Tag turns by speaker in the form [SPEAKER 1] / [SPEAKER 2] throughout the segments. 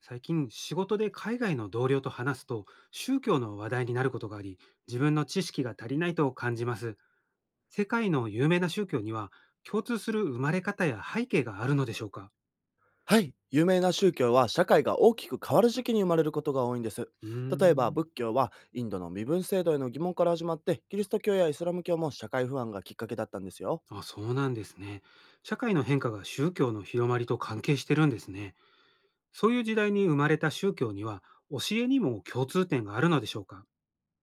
[SPEAKER 1] 最近仕事で海外の同僚と話すと、宗教の話題になることがあり、自分の知識が足りないと感じます。世界の有名な宗教には共通する生まれ方や背景があるのでしょうか？
[SPEAKER 2] はい。有名な宗教は社会が大きく変わる時期に生まれることが多いんです。
[SPEAKER 1] うー
[SPEAKER 2] 例えば
[SPEAKER 1] ん。
[SPEAKER 2] 仏教はインドの身分制度への疑問から始まって、キリスト教やイスラム教も社会不安がきっかけだったんですよ。
[SPEAKER 1] あ、そうなんですね。社会の変化が宗教の広まりと関係してるんですね。そういう時代に生まれた宗教には、教えにも共通点があるのでしょうか？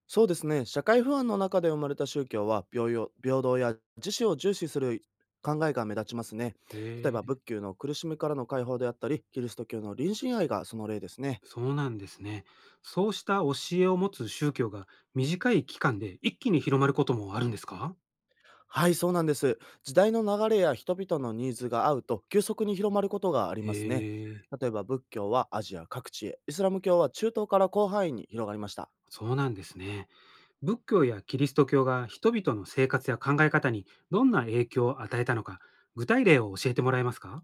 [SPEAKER 2] そうですね。社会不安の中で生まれた宗教は、平等や自死を重視する考えが目立ちますね。
[SPEAKER 1] へ
[SPEAKER 2] 例えば
[SPEAKER 1] え。
[SPEAKER 2] 仏教の苦しみからの解放であったり、キリスト教の隣人愛がその例ですね。
[SPEAKER 1] そうなんですね。そうした教えを持つ宗教が短い期間で一気に広まることもあるんですか？
[SPEAKER 2] はい、そうなんです。時代の流れや人々のニーズが合うと、急速に広まることがあり
[SPEAKER 1] へ
[SPEAKER 2] ますね。
[SPEAKER 1] え、
[SPEAKER 2] 例えば仏教はアジア各地へ、イスラム教は中東から広範囲に広がりました。
[SPEAKER 1] そうなんですね。仏教やキリスト教が人々の生活や考え方にどんな影響を与えたのか、具体例を教えてもらえますか？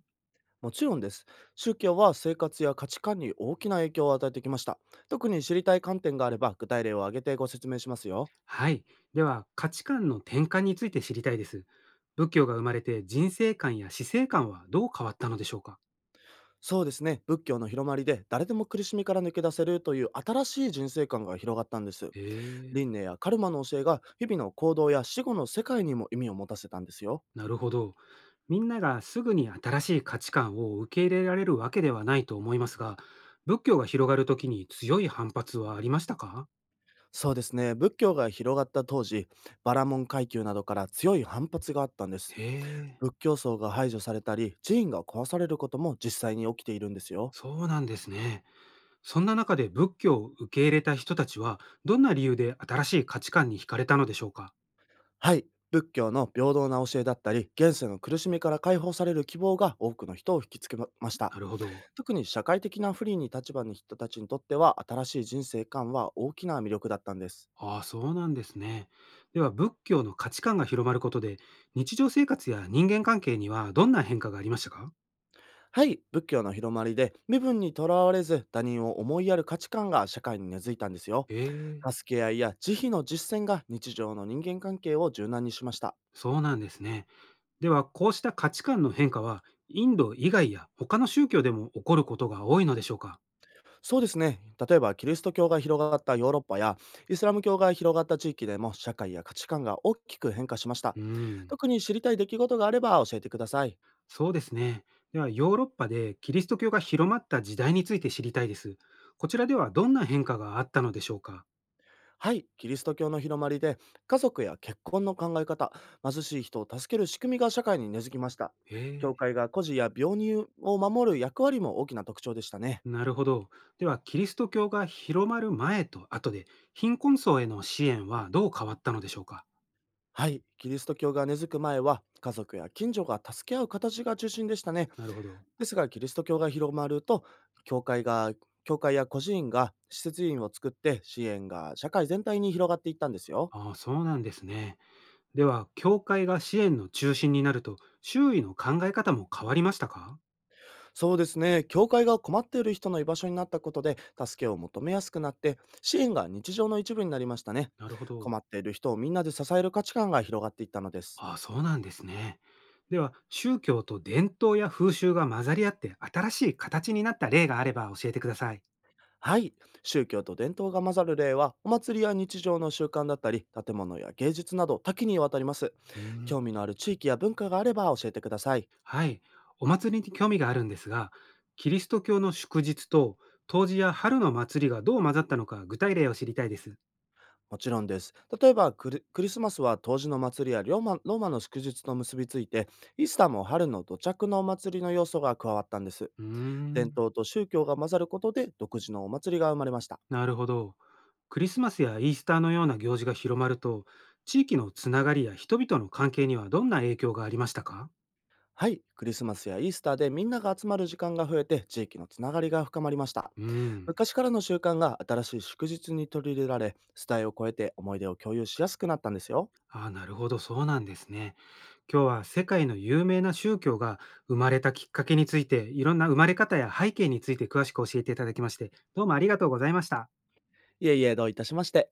[SPEAKER 2] もちろんです。宗教は生活や価値観に大きな影響を与えてきました。特に知りたい観点があれば、具体例を挙げてご説明しますよ。
[SPEAKER 1] はい。では、価値観の転換について知りたいです。仏教が生まれて人生観や死生観はどう変わったのでしょうか？
[SPEAKER 2] そうですね。仏教の広まりで、誰でも苦しみから抜け出せるという新しい人生観が広がったんです。
[SPEAKER 1] へえ、
[SPEAKER 2] 輪廻やカルマの教えが、日々の行動や死後の世界にも意味を持たせたんですよ。
[SPEAKER 1] なるほど。みんながすぐに新しい価値観を受け入れられるわけではないと思いますが、仏教が広がるときに強い反発はありましたか？
[SPEAKER 2] そうですね。仏教が広がった当時、バラモン階級などから強い反発があったんです。
[SPEAKER 1] へえ、
[SPEAKER 2] 仏教僧が排除されたり、寺院が壊されることも実際に起きているんですよ。
[SPEAKER 1] そうなんですね。そんな中で仏教を受け入れた人たちは、どんな理由で新しい価値観に惹かれたのでしょうか？
[SPEAKER 2] はい。仏教の平等な教えだったり、現世の苦しみから解放される希望が多くの人を引きつけまました。
[SPEAKER 1] なるほど。
[SPEAKER 2] 特に社会的な不利に立場に人たちにとっては、新しい人生観は大きな魅力だったんです。
[SPEAKER 1] ああ、そうなんですね。では、仏教の価値観が広まることで、日常生活や人間関係にはどんな変化がありましたか？
[SPEAKER 2] はい。仏教の広まりで、身分にとらわれず、他人を思いやる価値観が社会に根付いたんですよ。
[SPEAKER 1] へえ、
[SPEAKER 2] 助け合いや慈悲の実践が、日常の人間関係を柔軟にしました。
[SPEAKER 1] そうなんですね。では、こうした価値観の変化は、インド以外や他の宗教でも起こることが多いのでしょうか？
[SPEAKER 2] そうですね。例えば、キリスト教が広がったヨーロッパや、イスラム教が広がった地域でも、社会や価値観が大きく変化しました。
[SPEAKER 1] うーん、
[SPEAKER 2] 特に知りたい出来事があれば教えてください。
[SPEAKER 1] そうですね。では、ヨーロッパでキリスト教が広まった時代について知りたいです。こちらではどんな変化があったのでしょうか？
[SPEAKER 2] はい、キリスト教の広まりで、家族や結婚の考え方、貧しい人を助ける仕組みが社会に根付きました。
[SPEAKER 1] へ
[SPEAKER 2] 教
[SPEAKER 1] え、
[SPEAKER 2] 会が孤児や病人を守る役割も大きな特徴でしたね。
[SPEAKER 1] なるほど。では、キリスト教が広まる前と後で、貧困層への支援はどう変わったのでしょうか？
[SPEAKER 2] はい、キリスト教が根付く前は、家族や近所が助け合う形が中心でしたね。
[SPEAKER 1] なるほど。
[SPEAKER 2] ですがキリスト教が広まると、教会が教会や個人が施設員を作って、支援が社会全体に広がっていったんですよ。
[SPEAKER 1] ああ、そうなんですね。では、教会が支援の中心になると、周囲の考え方も変わりましたか？
[SPEAKER 2] そうですね。教会が困っている人の居場所になったことで、助けを求めやすくなって、支援が日常の一部になりましたね。
[SPEAKER 1] なるほど。
[SPEAKER 2] 困っている人をみんなで支える価値観が広がっていったのです。
[SPEAKER 1] ああ、そうなんですね。では、宗教と伝統や風習が混ざり合って新しい形になった例があれば教えてください。
[SPEAKER 2] はい。宗教と伝統が混ざる例は、お祭りや日常の習慣だったり、建物や芸術など多岐にわたります。
[SPEAKER 1] うーん、
[SPEAKER 2] 興味のある地域や文化があれば教えてください。
[SPEAKER 1] はい。お祭りに興味があるんですが、キリスト教の祝日と冬至や春の祭りがどう混ざったのか具体例を知りたいです。
[SPEAKER 2] もちろんです。例えばクリスマスは当時の祭りやローマの祝日と結びついて、イースターも春の土着のお祭りの要素が加わったんです。
[SPEAKER 1] うー
[SPEAKER 2] 伝
[SPEAKER 1] ん、
[SPEAKER 2] 統と宗教が混ざることで、独自のお祭りが生まれました。
[SPEAKER 1] なるほど。クリスマスやイースターのような行事が広まると、地域のつながりや人々の関係にはどんな影響がありましたか？
[SPEAKER 2] はい、クリスマスやイースターでみんなが集まる時間が増えて、地域のつながりが深まりました。
[SPEAKER 1] うん。
[SPEAKER 2] 昔からの習慣が新しい祝日に取り入れられ、世代を超えて思い出を共有しやすくなったんですよ。
[SPEAKER 1] ああ、なるほど、そうなんですね。今日は世界の有名な宗教が生まれたきっかけについて、いろんな生まれ方や背景について詳しく教えていただきまして、どうもありがとうございました。
[SPEAKER 2] いえいえ、どういたしまして。